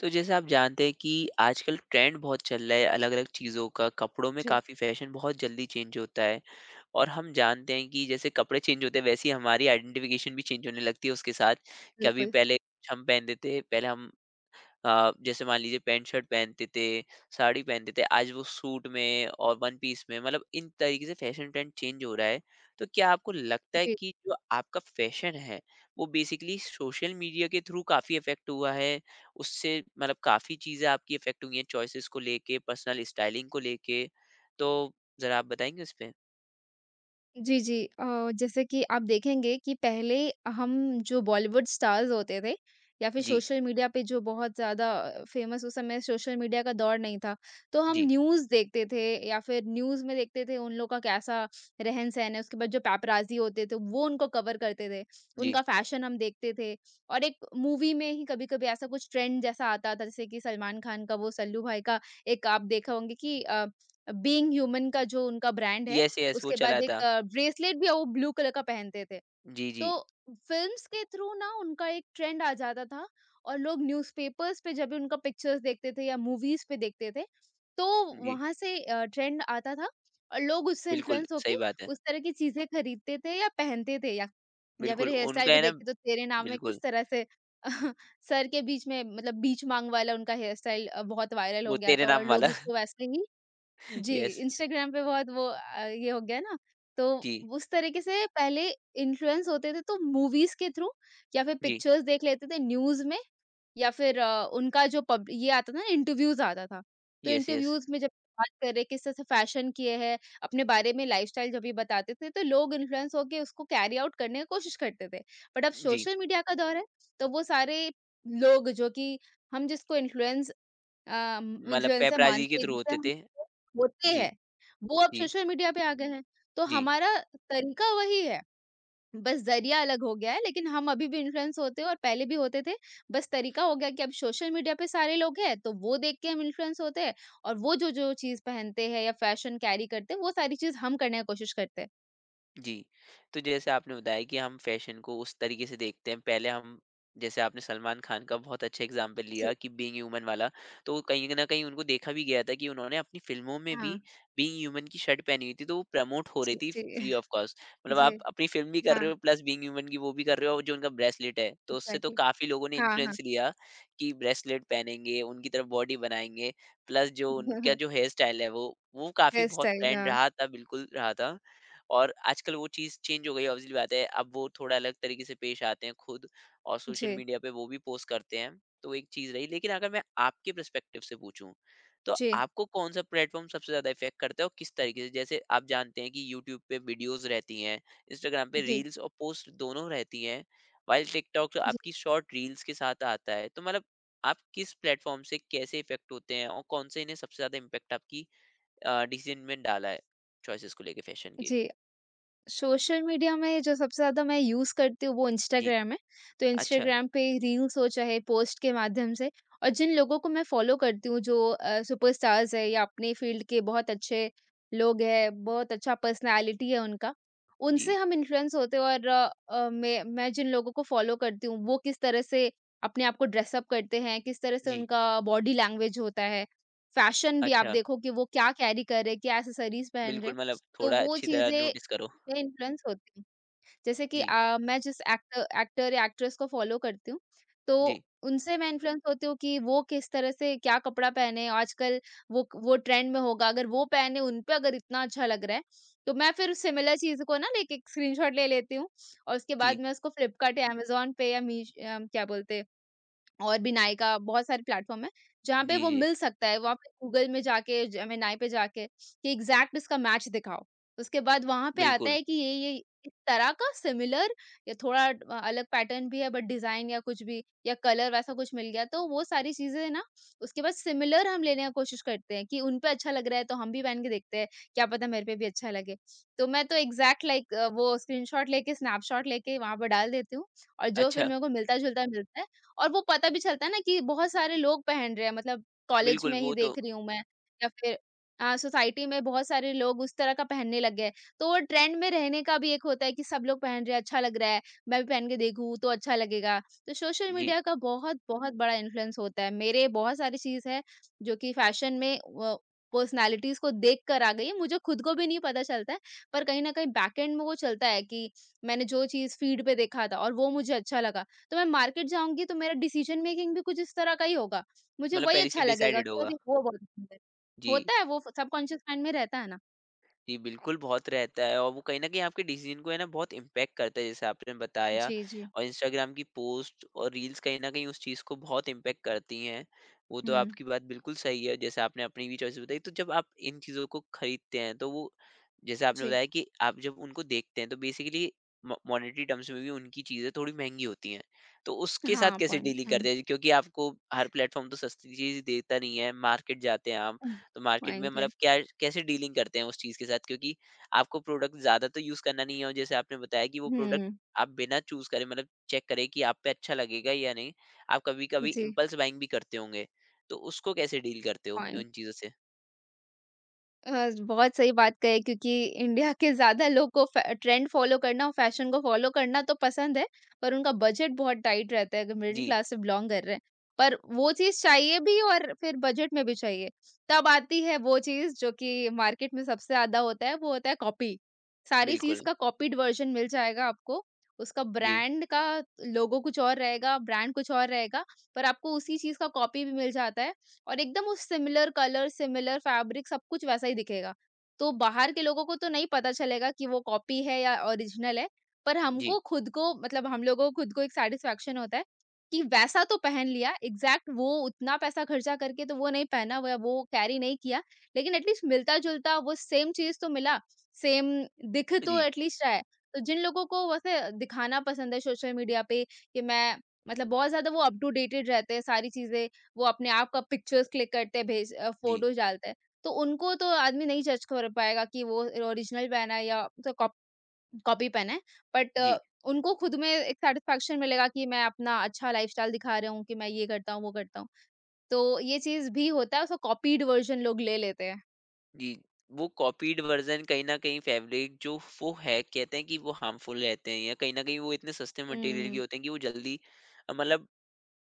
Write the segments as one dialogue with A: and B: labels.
A: तो जैसे आप जानते हैं कि आजकल ट्रेंड बहुत चल रहा है अलग अलग चीज़ों का कपड़ों में
B: 对，
A: काफ़ी फैशन बहुत जल्दी चेंज होता है। और हम जानते हैं कि जैसे कपड़े चेंज होते हैं वैसे ही हमारी आइडेंटिफिकेशन भी चेंज होने लगती है उसके साथ कि
B: 对不
A: अभी
B: 对？
A: पहले कुछ हम पहनते थे, पहले हम जैसे मान लीजिए पैंट शर्ट पहनते थे, साड़ी पहनते थे, आज वो सूट में और वन पीस में मतलब इन तरीके से फैशन ट्रेंड चेंज हो रहा है। तो क्या आपको लगता है
B: 对。
A: कि जो आपका फैशन है, वो बेसिकली सोशल मीडिया के थ्रू काफ़ी इफ़ेक्ट हुआ है? उससे मतलब काफ़ी चीज़ें आपकी इफ़ेक्ट हुई हैं चॉइसेस को लेके, पर्सनल स्टाइलिंग को लेके? तो ज़रा आप बताएँगे उस पे?
B: जी, जी। जैसे कि आप देखेंगे कि पहले हम जो बॉलीवुड स्टार्स होते थे या फिर
A: जी,
B: सोशल मीडिया पे जो बहुत ज़्यादा फ़ेमस उस समय सोशल मीडिया का दौर नहीं था, तो हम
A: जी,
B: न्यूज़ देखते थे या फिर न्यूज़ में देखते थे उन लोग का कैसा रहन-सहन है। उसके बाद जो पैपराज़ी होते थे वो उनको कवर करते थे,
A: जी।
B: उनका फ़ैशन हम देखते थे और एक मूवी में ही कभी-कभी ऐसा कुछ ट्रेंड जैसा आता था, जैसे कि सलमान खान का वो सल्लू भाई का एक आप देखा होंगे कि बीइंग ह्यूमन का जो उनका ब्रांड है,
A: येस, येस वो
B: उसके
A: चला
B: बाद
A: था।
B: एक ब्रेसलेट भी वो ब्लू कलर का पहनते थे।
A: जी,
B: तो
A: जी,
B: फ़िल्म्स के थ्रू ना उनका एक ट्रेंड आ जाता था और लोग न्यूज़पेपर्स पे जब भी उनका पिक्चर्स देखते थे या मूवीज़ पे देखते थे, तो
A: जी।
B: वहाँ से ट्रेंड आता था और लोग उससे
A: बिल्कुल,
B: इन्फ्लुएंस होके
A: सही बात है।
B: उस तरह की चीज़ें खरीदते थे या पहनते थे या फिर
A: बिल्कुल,
B: हेयर स्टाइल
A: उनका
B: भी
A: है ना
B: देखते तो तेरे नाम में
A: बिल्कुल।
B: किस तरह से सर के बीच में मतलब बीच मांग वाला उनका हेयर स्टाइल बहुत वायरल हो
A: वो
B: गया
A: तेरे
B: था और
A: नाम
B: लोग
A: वाला
B: उसको वैसे ही जी,
A: यस,
B: इंस्टाग्राम पे बहुत वो ये हो गया ना, तो
A: जी,
B: उस तरीके से पहले इन्फ्लुएंस होते थे तो मूवीज़ के थ्रू या फिर
A: जी,
B: पिक्चर्स देख लेते थे न्यूज़ में या फिर उनका जो पब ये आता था ना इंटरव्यूज़ आता था। तो
A: यस, यस,
B: इंटरव्यूज़ में जब बात कर रहे किस तरह से फैशन किए हैं, अपने बारे में लाइफ़स्टाइल जब ये बताते थे तो लोग इन्फ्लुएंस होके उसको कैरी आउट करने की कोशिश करते थे। बट अब
A: जी,
B: सोशल मीडिया का दौर है, तो वो सारे लोग जो कि हम जिसको
A: मतलब
B: इन्फ्लुएंसर
A: पेपराज़ी के
B: मानते हैं
A: थ्रू
B: जिससे
A: होते
B: हम
A: थे।
B: होते
A: जी,
B: हैं, वो अब
A: जी,
B: सोशल मीडिया पे आ गए हैं। तो
A: जी,
B: हमारा तरीका वही है, बस ज़रिया अलग हो गया है लेकिन हम अभी भी इन्फ्लुएंस होते हैं और पहले भी होते थे। बस तरीका हो गया कि अब सोशल मीडिया पे सारे लोग हैं, तो वो देख के हम इन्फ्लुएंस होते हैं और वो जो-जो चीज़ पहनते हैं या फ़ैशन कैरी करते हैं, वो सारी चीज़ हम करने की कोशिश करते हैं।
A: जी। तो जैसे आपने बताया कि हम फ़ैशन को उस तरीके से देखते हैं, पहले हम जैसे आपने सलमान खान का बहुत अच्छा एग्ज़ाम्पल
B: जी,
A: लिया कि बीइंग ह्यूमन वाला, तो कहीं न कहीं उनको देखा भी गया था कि उन्होंने अपनी फ़िल्मों में भी
B: हाँ।
A: बीइंग ह्यूमन की शर्ट पहनी हुई थी, तो वो प्रमोट हो रही
B: जी,
A: थी
B: जी।
A: Free of cost. मतलब आप
B: जी,
A: अपनी फ़िल्म भी कर
B: हाँ,
A: रहे हो प्लस बीइंग ह्यूमन की वो भी कर रहे हो और जो उनका ब्रेसलेट है, तो उससे तो
B: एग्ज़ैक्टली।
A: काफ़ी लोगों ने
B: हाँ, हाँ।
A: इन्फ्लुएंस लिया कि ब्रेसलेट पहनेंगे, उनकी तरफ बॉडी बनाएँगे, प्लस जो उनका जो हेयर स्टाइल है वो काफ़ी
B: हेयर
A: बहुत
B: स्टाइल,
A: ट्रेंड
B: हाँ।
A: रहा था, बिल्कुल रहा था। और आजकल वो चीज़ चेंज हो गई है, ऑब्वियसली बात है। अब वो थोड़ा अलग तरीके से पेश आते हैं खुद और सोशल
B: जी,
A: मीडिया पे वो भी पोस्ट करते हैं, तो एक चीज़ रही। लेकिन अगर मैं आपके पर्सपेक्टिव से पूछूँ, तो
B: जी,
A: आपको कौन-सा प्लेटफ़ॉर्म सबसे ज़्यादा इफ़ेक्ट करता है और किस तरीके से? जैसे आप जानते हैं कि यूट्यूब पे वीडियोज़ रहती हैं, इंस्टाग्राम पे
B: जी,
A: रील्स और पोस्ट दोनों रहती हैं, व्हाइल टिकटॉक
B: जी,
A: आपकी शॉर्ट रील्स के साथ आता है। तो मतलब आप किस प्लेटफ़ॉर्म से कैसे इफ़ेक्ट होते हैं और कौन-से ने सबसे ज़्यादा इम्पैक्ट आपकी डिसीज़न में डाला है, चॉइसेस को लेके फैशन के?
B: जी। सोशल मीडिया में जो सबसे ज़्यादा मैं यूज़ करती हूँ वो
A: जी।
B: इंस्टाग्राम है। तो
A: अच्छा,
B: इंस्टाग्राम पे रील्स हो चाहे पोस्ट के माध्यम से और जिन लोगों को मैं फ़ॉलो करती हूँ जो सुपरस्टार्स हैं या अपने फ़ील्ड के बहुत अच्छे लोग हैं, बहुत अच्छा पर्सनैलिटी है उनका, उनसे
A: जी,
B: हम इन्फ्लुएंस होते हैं और मैं जिन लोगों को फ़ॉलो करती हूँ वो किस तरह से अपने आप को ड्रेस अप करते हैं, किस तरह से
A: जी,
B: उनका बॉडी लैंग्वेज होता है, फ़ैशन भी आप
A: अच्छा,
B: देखो कि वो क्या कैरी कर रहे हैं, क्या एक्सेसरीज़ पहन रहे
A: बिल्कुल
B: हैं।
A: मतलब
B: तो
A: थोड़ा
B: वो
A: अच्छी तरह
B: चीज़ें
A: नोटिस करो।
B: मैं इन्फ्लुएंस होती हूँ। जैसे कि
A: जी,
B: मैं जिस एक्टर एक्टर या एक्ट्रेस को फॉलो करती हूँ, तो
A: जी,
B: उनसे मैं इन्फ्लुएंस होती हूँ कि वो किस तरह से क्या कपड़ा पहने, आजकल वो ट्रेंड में होगा, अगर वो पहने, उन पे अगर इतना अच्छा लग रहा है, तो मैं फिर सिमिलर चीज़ को ना लाइक एक स्क्रीनशॉट ले लेती हूँ और उसके
A: जी,
B: बाद मैं उसको फ्लिपकार्ट या अमेज़न पे या मीश क्या बोलते और भी नायका बहुत सारे प्लेटफ़ॉर्म हैं, जहाँ पे
A: जी,
B: वो
A: जी,
B: मिल सकता है, वो आप गूगल में जाके जेमिनी पे जाके कि एग्ज़ैक्ट इसका मैच दिखाओ। उसके बाद वहाँ पे आता
A: बिल्कुल।
B: है कि ये इस तरह का सिमिलर या थोड़ा अलग पैटर्न भी है बट डिज़ाइन या कुछ भी या कलर वैसा कुछ मिल गया, तो वो सारी चीज़ें ना उसके बाद सिमिलर हम लेने की कोशिश करते हैं कि उन पे अच्छा लग रहा है, तो हम भी पहन के देखते हैं, क्या पता मेरे पे भी अच्छा लगे। तो मैं तो एग्ज़ैक्ट लाइक वो स्क्रीनशॉट लेके, स्नैपशॉट लेके वहाँ पे डाल देती हूँ और जो फिर
A: अच्छा,
B: मेरे को मिलता-जुलता मिलता है और वो पता भी चलता है ना कि बहुत सारे लोग पहन रहे हैं मतलब कॉलेज
A: बिल्कुल
B: में ही
A: वो तो
B: देख रही हूँ मैं या फिर सोसाइटी में बहुत सारे लोग उस तरह का पहनने लग गए तो वो ट्रेंड में रहने का भी एक होता है कि सब लोग पहन रहे हैं अच्छा लग रहा है मैं भी पहन के देखूँ तो अच्छा लगेगा तो सोशल
A: जी,
B: मीडिया का बहुत बहुत बड़ा इन्फ्लुएंस होता है मेरे बहुत सारी चीज़ है जो कि फैशन में पर्सनालिटीज को देख कर आ गई है मुझे खुद को भी नहीं पता चलता है पर कहीं ना कहीं बैकएंड में वो चलता है कि मैंने जो चीज़ फीड पे देखा था और वो मुझे अच्छा लगा तो मैं मार्केट जाऊँगी तो मेरा डिसीज़न मेकिंग भी कुछ इस तरह का ही होगा। मुझे
A: मतलब
B: वही
A: पहले से
B: अच्छा लगेगा
A: डिसाइडेड
B: कि
A: होगा।
B: अरे वो बहुत सुंदर
A: जी।
B: होता है वो सबकॉन्शियस माइंड में रहता है ना।
A: जी, बिल्कुल बहुत रहता है और वो कहीं न कहीं आपके डिसीज़न को है ना बहुत इम्पैक्ट करता है जैसे आपने बताया।
B: जी, जी।
A: और इंस्टाग्राम की पोस्ट और रील्स कहीं न कहीं उस चीज़ को बहुत इम्पैक्ट करती हैं। वो तो
B: हुँ,
A: आपकी बात बिल्कुल सही है जैसे आपने अपनी भी चॉइस बताई। तो जब आप इन चीज़ों को खरीदते हैं तो वो जैसे आपने
B: जी।
A: बताया कि आप जब उनको देखते हैं तो बेसिकली मो मॉनेटरी टर्म्स में भी उनकी चीज़ें थोड़ी महँगी होती हैं। तो उसके साथ
B: हाँ,
A: कैसे
B: पॉइंट
A: डीलिंग
B: हुँ,
A: करते हैं? क्योंकि आपको हर प्लेटफ़ॉर्म तो सस्ती चीज़ देता नहीं है, मार्केट जाते हैं आप
B: हुँ,
A: तो मार्केट में
B: पॉइंट है।
A: मतलब क्या कैसे डीलिंग करते हैं उस चीज़ के साथ? क्योंकि आपको प्रोडक्ट ज़्यादा तो यूज़ करना नहीं है और जैसे आपने बताया कि वो प्रोडक्ट
B: हुँ,
A: आप बिना चूज़ करे मतलब चेक करे कि आप पे अच्छा लगेगा या नहीं, आप कभी-कभी
B: जी,
A: इम्पल्स बाइंग भी करते होंगे, तो उसको कैसे डील करते हो
B: पॉइंट
A: उन चीज़ों से?
B: बहुत सही बात कही क्योंकि इंडिया के ज़्यादा लोग को फ ट्रेंड फ़ॉलो करना और फ़ैशन को फ़ॉलो करना तो पसंद है, पर उनका बजट बहुत टाइट रहता है अगर मिडिल
A: जी,
B: क्लास से बिलॉन्ग कर रहे हैं। पर वो चीज़ चाहिए भी और फिर बजट में भी चाहिए। तब आती है वो चीज़ जो कि मार्केट में सबसे ज़्यादा होता है, वो होता है कॉपी। सारी चीज़
A: बिल्कुल।
B: का कॉपीड वर्ज़न मिल जाएगा आपको। उसका
A: जी,
B: ब्रांड का लोगो कुछ और रहेगा, ब्रांड कुछ और रहेगा, पर आपको उसी चीज़ का कॉपी भी मिल जाता है। और एकदम वो सिमिलर कलर, सिमिलर फैब्रिक सब कुछ वैसा ही दिखेगा। तो बाहर के लोगों को तो नहीं पता चलेगा कि वो कॉपी है या ओरिजिनल है, पर
A: जी,
B: हमको खुद को मतलब हम लोगों को खुद को एक सैटिस्फैक्शन होता है कि वैसा तो पहन लिया, एग्ज़ैक्ट वो उतना पैसा खर्चा करके तो वो नहीं पहना हुआ, वो कैरी नहीं किया, लेकिन एटलीस्ट मिलता-जुलता वो सेम चीज़ तो मिला, सेम दिख तो
A: जी,
B: एटलीस्ट रहा है। तो जिन लोगों को वैसे दिखाना पसंद है सोशल मीडिया पे कि मैं मतलब बहुत ज़्यादा वो अप टू डेटेड रहते हैं सारी चीज़ें वो अपने आप का पिक्चर्स क्लिक करते हैं, भेज
A: जी,
B: फोटोज़ डालते हैं। तो उनको तो आदमी नहीं जज कर पाएगा कि वो ओरिजिनल पहना है या तो कॉपी पहना है। बट
A: जी,
B: उनको खुद में एक सैटिस्फैक्शन मिलेगा कि मैं अपना अच्छा लाइफ़स्टाइल दिखा रहा हूँ कि मैं ये करता हूँ, वो करता हूँ। तो ये चीज़ भी होता है उसका कॉपीड वर्ज़न लोग ले लेते हैं।
A: जी। वो कॉपीड वर्ज़न कहीं न कहीं फैब्रिक जो वो है कहते हैं कि वो हार्मफुल रहते हैं या कहीं न कहीं वो इतने सस्ते
B: हुँ,
A: मटेरियल के
B: हुँ।
A: होते हैं कि वो जल्दी मतलब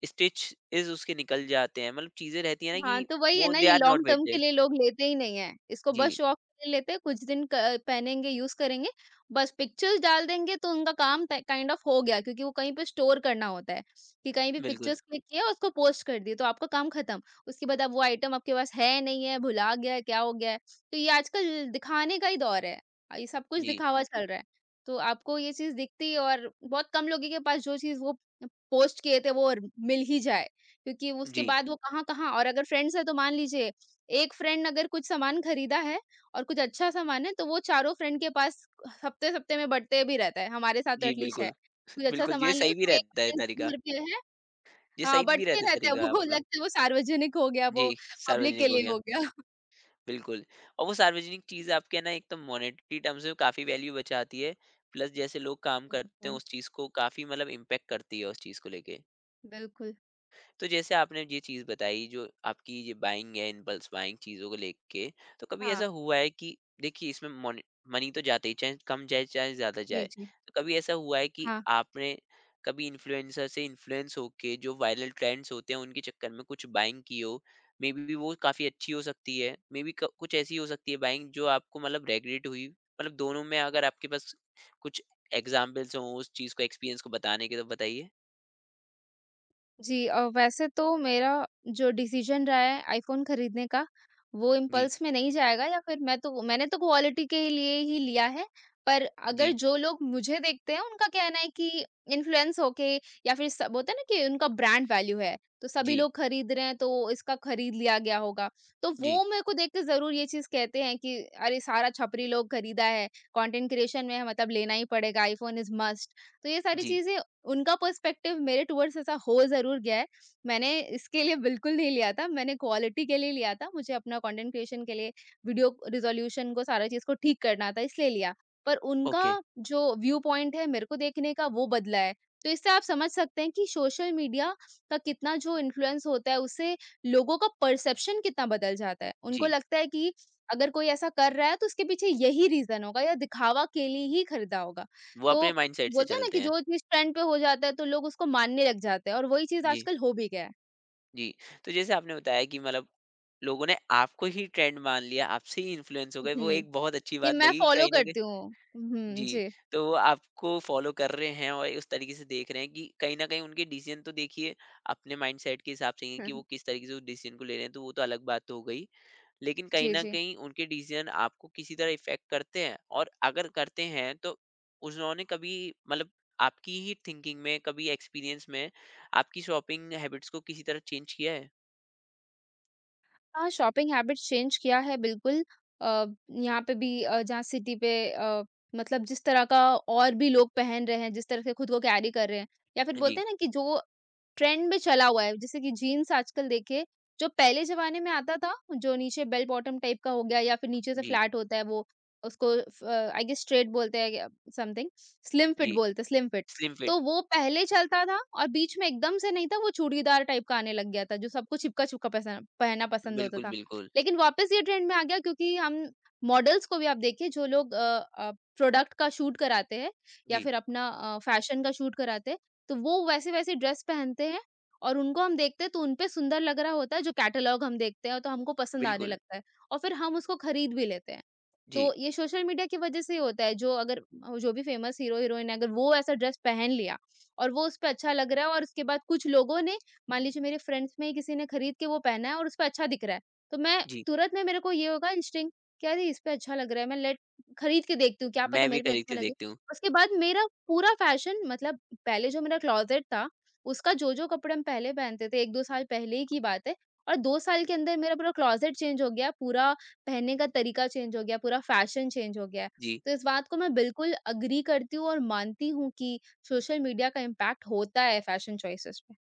A: स्टिचेज़ उसके निकल जाते हैं, मतलब चीज़ें रहती हैं ना कि
B: हाँ, तो वही है
A: वो
B: ना
A: दे
B: ये
A: आर नॉट
B: लॉन्ग टर्म के
A: वेटेड।
B: लिए लोग लेते ही नहीं है। इसको बस
A: जी,
B: शौक के लिए लेते हैं, कुछ दिन क पहनेंगे, यूज़ करेंगे, बस पिक्चर्स डाल देंगे तो उनका काम ट काइंड ऑफ हो गया क्योंकि वो कहीं पे स्टोर करना होता है, कि कहीं भी
A: बिल्कुल।
B: पिक्चर्स क्लिक किया उसको पोस्ट कर दिए तो आपका काम खत्म। उसके बाद अब वो आइटम आपके पास है नहीं है, भुला गया है, क्या हो गया है? तो ये आजकल दिखाने का ही दौर है। ये सब कुछ
A: जी,
B: दिखावा चल रहा है। तो आपको ये चीज़ दिखती है और बहुत कम लोगों के पास जो चीज़ वो पोस्ट किए थे वो र मिल ही जाए। क्योंकि उसके
A: जी,
B: बाद वो कहाँ-कहाँ और अगर फ्रेंड्स हैं तो मान लीजिए, एक फ्रेंड अगर कुछ सामान खरीदा है और कुछ अच्छा सामान है, तो वो चारों फ्रेंड के पास हफ्ते-हफ्ते में बँटते भी रहता है, हमारे साथ तो
A: जी,
B: एटलीस्ट है।
A: बिल्कुल,
B: कुछ अच्छा
A: बिल्कुल, ये
B: सामान लियो
A: सही भी
B: तो एक
A: रहता है
B: फ्रेंड के
A: तरीका।
B: घर पे है
A: ये
B: हाँ,
A: सही भी
B: बँटते
A: रहता है
B: रहता है, वो
A: तरीका आपका।
B: लगता है वो सार्वजनिक हो गया,
A: जी,
B: वो पब्लिक के
A: सार्वजनिक हो
B: लिए
A: गया,
B: हो गया।
A: बिल्कुल। और वो सार्वजनिक चीज़ आपके ना एक तो मॉनेटरी टर्म्स में काफ़ी वैल्यू बचाती है, प्लस जैसे लोग काम करते हैं
B: बिल्कुल,
A: उस चीज़ को काफ़ी मतलब इम्पैक्ट करती है उस चीज़ को लेके।
B: बिल्कुल।
A: तो जैसे आपने ये चीज़ बताई जो आपकी ये बाइंग है इम्पल्स बाइंग चीज़ों को लेके तो कभी ऐसा
B: हाँ।
A: हुआ है कि देखिए इसमें मनी मनी तो जाते ही चाहे कम जाए चाहे ज़्यादा जाए
B: जी, जी।
A: तो कभी ऐसा हुआ है कि
B: हाँ।
A: आपने कभी इन्फ्लुएंसर से इन्फ्लुएंस होके जो वायरल ट्रेंड्स होते हैं उनके चक्कर में कुछ बाइंग की हो, मे बी वो काफ़ी अच्छी हो सकती है, मे बी कुछ ऐसी हो सकती है बाइंग जो आपको मतलब रेगरेट हुई, मतलब दोनों में अगर आपके पास कुछ एग्जाम्पल्स हों उस चीज़ को एक्सपीरियंस को बताने के तो बताइए।
B: जी वैसे तो मेरा जो डिसीजन रहा है आईफ़ोन खरीदने का, वो
A: जी
B: इम्पल्स में नहीं जाएगा या फिर मैंने तो क्वालिटी के लिए ही लिया है। पर अगर
A: जी
B: जो लोग मुझे देखते हैं उनका कहना है कि इन्फ्लुएंस होके या फिर सब होता है ना कि उनका ब्रांड वैल्यू है, तो सभी
A: जी
B: लोग खरीद रहे हैं तो इसका खरीद लिया गया होगा। तो
A: जी
B: वो मेरे को देख के ज़रूर ये चीज़ कहते हैं कि अरे सारा छपरी लोग खरीदा है, कंटेंट क्रिएशन में है मतलब लेना ही पड़ेगा, आईफ़ोन इज़ मस्ट। तो ये सारी
A: जी,
B: चीज़ें उनका पर्सपेक्टिव मेरे टुवर्ड्स ऐसा हो ज़रूर गया है। मैंने इसके लिए बिल्कुल नहीं लिया था, मैंने क्वालिटी के लिए लिया था। मुझे अपना कंटेंट क्रिएशन के लिए वीडियो रिज़ॉल्यूशन को सारा चीज़ को ठीक करना था इसलिए लिया। पर उनका
A: ओके,
B: जो व्यू पॉइंट है मेरे को देखने का वो बदला है। तो इससे आप समझ सकते हैं कि सोशल मीडिया का कितना जो इन्फ्लुएंस होता है उससे लोगों का परसेप्शन कितना बदल जाता है। उनको
A: जी।
B: लगता है कि अगर कोई ऐसा कर रहा है तो उसके पीछे यही रीज़न होगा या दिखावा के लिए ही खरीदा होगा।
A: वो
B: तो
A: अपने माइंडसेट से
B: बोलते हैं ना
A: चलते
B: कि
A: हैं।
B: जो चीज़ ट्रेंड पे हो जाता है तो लोग उसको मानने लग जाते हैं और वही चीज़
A: जी,
B: आजकल हो भी गया है।
A: जी। तो जैसे आपने बताया कि मतलब लोगों ने आपको ही ट्रेंड मान लिया, आपसे ही इन्फ्लुएंस हो गए, वो
B: हुँ,
A: एक बहुत अच्छी
B: कि
A: बात
B: मैं
A: लगी
B: फॉलो
A: कहीं न कहीं।
B: करती हूँ। हुँ,
A: जी,
B: जी।
A: तो वो आपको फ़ॉलो कर रहे हैं और उस तरीके से देख रहे हैं कि कहीं न कहीं उनके डिसीज़न तो देखिए अपने माइंडसेट के हिसाब से ही हैं कि वो किस तरीके से उस डिसीज़न को ले रहे हैं, तो वो तो अलग बात हो गई। लेकिन कहीं
B: जी,
A: न
B: जी।
A: कहीं उनके डिसीज़न आपको किसी तरह इफ़ेक्ट करते हैं और अगर करते हैं तो उन्होंने कभी मतलब आपकी ही थिंकिंग में कभी एक्सपीरियंस में आपकी शॉपिंग हैबिट्स को किसी तरह चेंज किया है?
B: हाँ, शॉपिंग हैबिट चेंज किया है बिल्कुल। अ, यहाँ पे भी जहाँ सिटी पे मतलब जिस तरह का और भी लोग पहन रहे हैं, जिस तरह से खुद को कैरी कर रहे हैं या फिर बोलते
A: जी,
B: हैं ना कि जो ट्रेंड में चला हुआ है, जैसे कि जीन्स आजकल देखिए, जो पहले ज़माने में आता था, जो नीचे बेल बॉटम टाइप का हो गया या फिर नीचे से
A: जी,
B: फ्लैट होता है वो, उसको फ आई गेस स्ट्रेट बोलते हैं या समथिंग, स्लिम फिट
A: जी।
B: बोलते हैं, स्लिम फिट।
A: Slim fit.
B: तो वो पहले चलता था और बीच में एकदम से नहीं था, वो चूड़ीदार टाइप का आने लग गया था, जो सबको चिपका-चिपका पसा पहनना पसंद होता
A: बिल्कुल,
B: था।
A: बिल्कुल।
B: लेकिन वापस ये ट्रेंड में आ गया क्योंकि हम मॉडल्स को भी आप देखिए, जो लोग प्रोडक्ट का शूट कराते हैं या
A: जी,
B: फिर अपना फैशन का शूट कराते हैं, तो वो वैसे-वैसे ड्रेस पहनते हैं और उनको हम देखते हैं तो उनपे सुंदर लग रहा होता है, जो कैटलॉग हम देखते हैं तो हमको पसंद आने
A: बिल्कुल।
B: लगता है और फिर हम उसको खरीद भी लेते हैं।
A: जी,
B: तो ये सोशल मीडिया की वजह से ही होता है, जो अगर जो भी फ़ेमस हीरो हीरोइन है, अगर वो ऐसा ड्रेस पहन लिया और वो उस पे अच्छा लग रहा है और उसके बाद कुछ लोगों ने, मान लीजिए मेरे फ्रेंड्स में ही किसी ने खरीद के वो पहना है और उस पे अच्छा दिख रहा है, तो मैं
A: जी।
B: तुरंत में मेरे को ये होगा इंस्टिंक्ट कि अरे! इस पे अच्छा लग रहा है, मैं लेट खरीद के देखती हूँ, क्या पता
A: मैं भी
B: मेरे पे
A: करीब
B: अच्छा
A: से
B: लगे।
A: देखती हूँ।
B: उसके बाद मेरा पूरा फ़ैशन, मतलब पहले जो मेरा क्लॉज़ेट था, उसका जो-जो कपड़े हम पहले पहनते थे, 1-2 साल पहले ही की बात है और 2 साल के अंदर मेरा पूरा क्लॉज़ेट चेंज हो गया, पूरा पहनने का तरीका चेंज हो गया, पूरा फ़ैशन चेंज हो गया है।
A: जी।
B: तो इस बात को मैं बिल्कुल एग्री करती हूँ और मानती हूँ कि सोशल मीडिया का इम्पैक्ट होता है फ़ैशन चॉइसेस पे।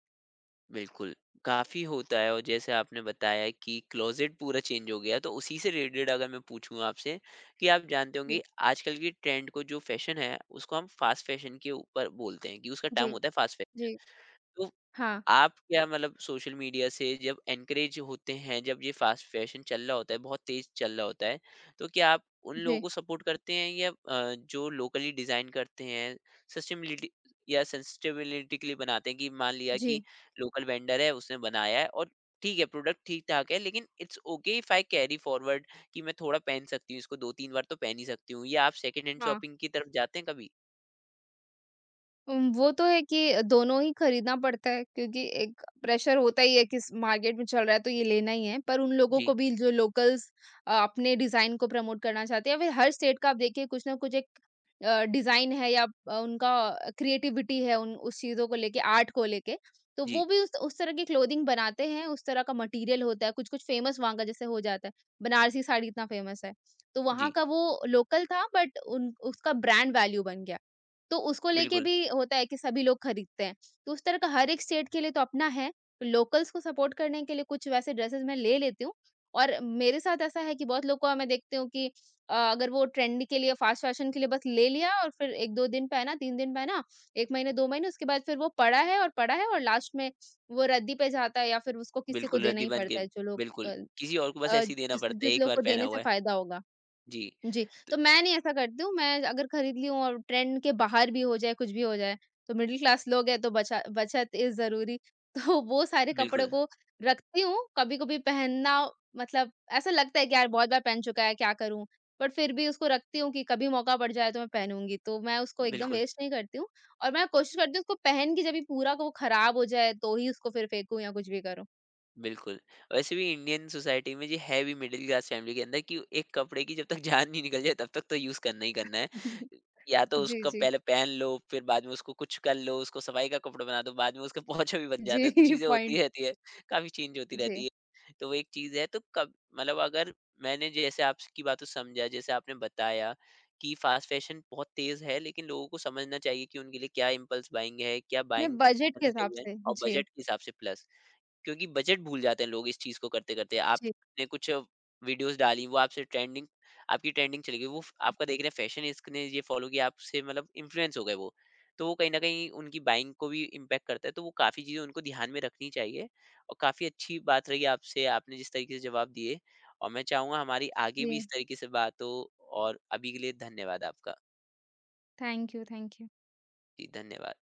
A: बिल्कुल, काफ़ी होता है और जैसे आपने बताया कि क्लोज़ेट पूरा चेंज हो गया, तो उसी से रिलेटेड अगर मैं पूछूँ आपसे कि आप जानते होंगे
B: जी,
A: आजकल की ट्रेंड को जो फ़ैशन है, उसको हम फ़ास्ट फ़ैशन के ऊपर बोलते हैं कि उसका टर्म
B: जी,
A: होता है फ़ास्ट।
B: जी।
A: तो
B: हाँ,
A: आप क्या मतलब सोशल मीडिया से जब एनकरेज होते हैं जब ये फास्ट फैशन चल रहा होता है बहुत तेज चल रहा होता है तो क्या आप उन लोगों
B: जी,
A: को सपोर्ट करते हैं या जो लोकली डिजाइन करते हैं, सस्टेबिलिटी या सस्टेबिलिटी के लिए बनाते हैं कि मान लिया कि
B: जी,
A: लोकल वेंडर है उसने बनाया है और ठीक है प्रोडक्ट ठीक ठाक है लेकिन it's okay if I carry forward कि मैं थोड़ा पहन सकती हूँ इसको दो तीन बार तो पहन ही सकती हूँ, या आप सेकंड हैंड
B: हाँ।
A: शॉपिंग की तरफ जाते हैं कभी?
B: वो तो है कि दोनों ही खरीदना पड़ता है क्योंकि एक प्रेशर होता ही है कि इस मार्केट में चल रहा है तो ये लेना ही है। पर उन लोगों
A: जी
B: को भी जो लोकल्स अपने डिज़ाइन को प्रमोट करना चाहते हैं या फिर हर स्टेट का आप देखिए कुछ ना कुछ एक डिज़ाइन है या उनका क्रिएटिविटी है उन उस चीज़ों को लेके, आर्ट को लेके। तो
A: जी
B: वो भी उस तरह की क्लोथिंग बनाते हैं, उस तरह का मटेरियल होता है, कुछ-कुछ फेमस वहाँ का जैसे हो जाता है। बनारसी साड़ी इतना फेमस है। तो वहाँ
A: जी
B: का वो लोकल था बट उन उसका ब्रांड वैल्यू बन गया। तो उसको लेके
A: बिल्कुल
B: भी होता है कि सभी लोग खरीदते हैं। तो उस तरह का हर एक स्टेट के लिए तो अपना है। लोकल्स को सपोर्ट करने के लिए कुछ वैसे ड्रेसेस मैं ले लेती हूँ और मेरे साथ ऐसा है कि बहुत लोग को मैं देखती हूँ कि अगर वो ट्रेंड के लिए फ़ास्ट फ़ैशन के लिए बस ले लिया और फिर 1-2 दिन पहना, 3 दिन पहना, 1 महीने, 2 महीने उसके बाद फिर वो पड़ा है और लास्ट में वो रद्दी पे जाता है या फिर उसको किसी को
A: बिल्कुल,
B: देना
A: रद्दी
B: ही
A: बाँध के
B: पड़ता है जो लोग
A: बिल्कुल, किसी और को बस
B: अ,
A: ऐसे ही देना
B: जिस
A: पड़ता है,
B: जिस
A: एक
B: लोग
A: बार
B: को
A: पहना
B: देने
A: हुआ
B: से
A: है।
B: फ़ायदा होगा।
A: जी,
B: जी,
A: तो
B: तो मैं नहीं ऐसा करती हूँ, मैं अगर खरीद ली हूँ और ट्रेंड के बाहर भी हो जाए, कुछ भी हो जाए, तो मिडल क्लास लोग हैं तो बचा बचत इज़ ज़रूरी। तो वो सारे कपड़ों
A: बिल्कुल,
B: को रखती हूँ, कभी-कभी पहनना, मतलब ऐसा लगता है कि यार बहुत बार पहन चुका है, क्या करूँ? बट फिर भी उसको रखती हूँ कि कभी मौका पड़ जाए तो मैं पहनूँगी, तो मैं उसको एकदम
A: बिल्कुल।
B: वेस्ट नहीं करती हूँ और मैं कोशिश करती हूँ उसको पहन के जब ये पूरा वो खराब हो जाए, तो ही उसको फिर फेंकूँ या कुछ भी करूँ।
A: बिल्कुल। वैसे भी इंडियन सोसाइटी में ये है भी मिडल क्लास फैमिली के अंदर कि एक कपड़े की जब तक जान नहीं निकल जाए तब तक तो यूज़ करना ही करना है। या तो
B: जी,
A: उसका
B: जी।
A: पहले पहन लो, फिर बाद में उसको कुछ कर लो, उसको सफाई का कपड़ा बना दो, बाद में उसका पोंछा भी बन जाता
B: जी,
A: है, तो चीज़ें
B: पॉइंट।
A: होती रहती है, काफ़ी चेंज होती रहती
B: जी,
A: है। तो वो एक चीज़ है तो कब मतलब अगर मैंने जैसे आपकी बातों से समझा, जैसे आपने बताया कि फ़ास्ट फैशन बहुत तेज़ है, लेकिन लोगों को समझना चाहिए कि उनके लिए क्या इम्पल्स बाइंग है, क्या
B: नहीं
A: बाइंग नहीं
B: बजट के
A: करनी
B: हिसाब
A: चाहिए
B: से।
A: और
B: जी।
A: बजट के हिसाब से प्लस। क्योंकि बजट भूल जाते हैं लोग इस चीज को करते करते
B: जी
A: आपने कुछ वीडियोस डाली वो आपसे ट्रेंडिंग आपकी ट्रेंडिंग चली गई वो आपका देख रहे हैं फैशन इसने ये फॉलो किया आपसे मतलब इन्फ्लुएंस हो गए वो, तो वो कहीं ना कहीं उनकी बाइंग को भी इम्पैक्ट करता है तो वो काफ़ी चीज़ें उनको ध्यान में रखनी चाहिए और काफ़ी अच्छी बात रही आपसे आपने जिस तरीके से जवाब दिए और मैं चाहूंगा हमारी आगे भी इस
B: जी,
A: तरीके से बात हो और अभी के लिए धन्यवाद आपका।
B: Thank you, thank you.
A: जी धन्यवाद।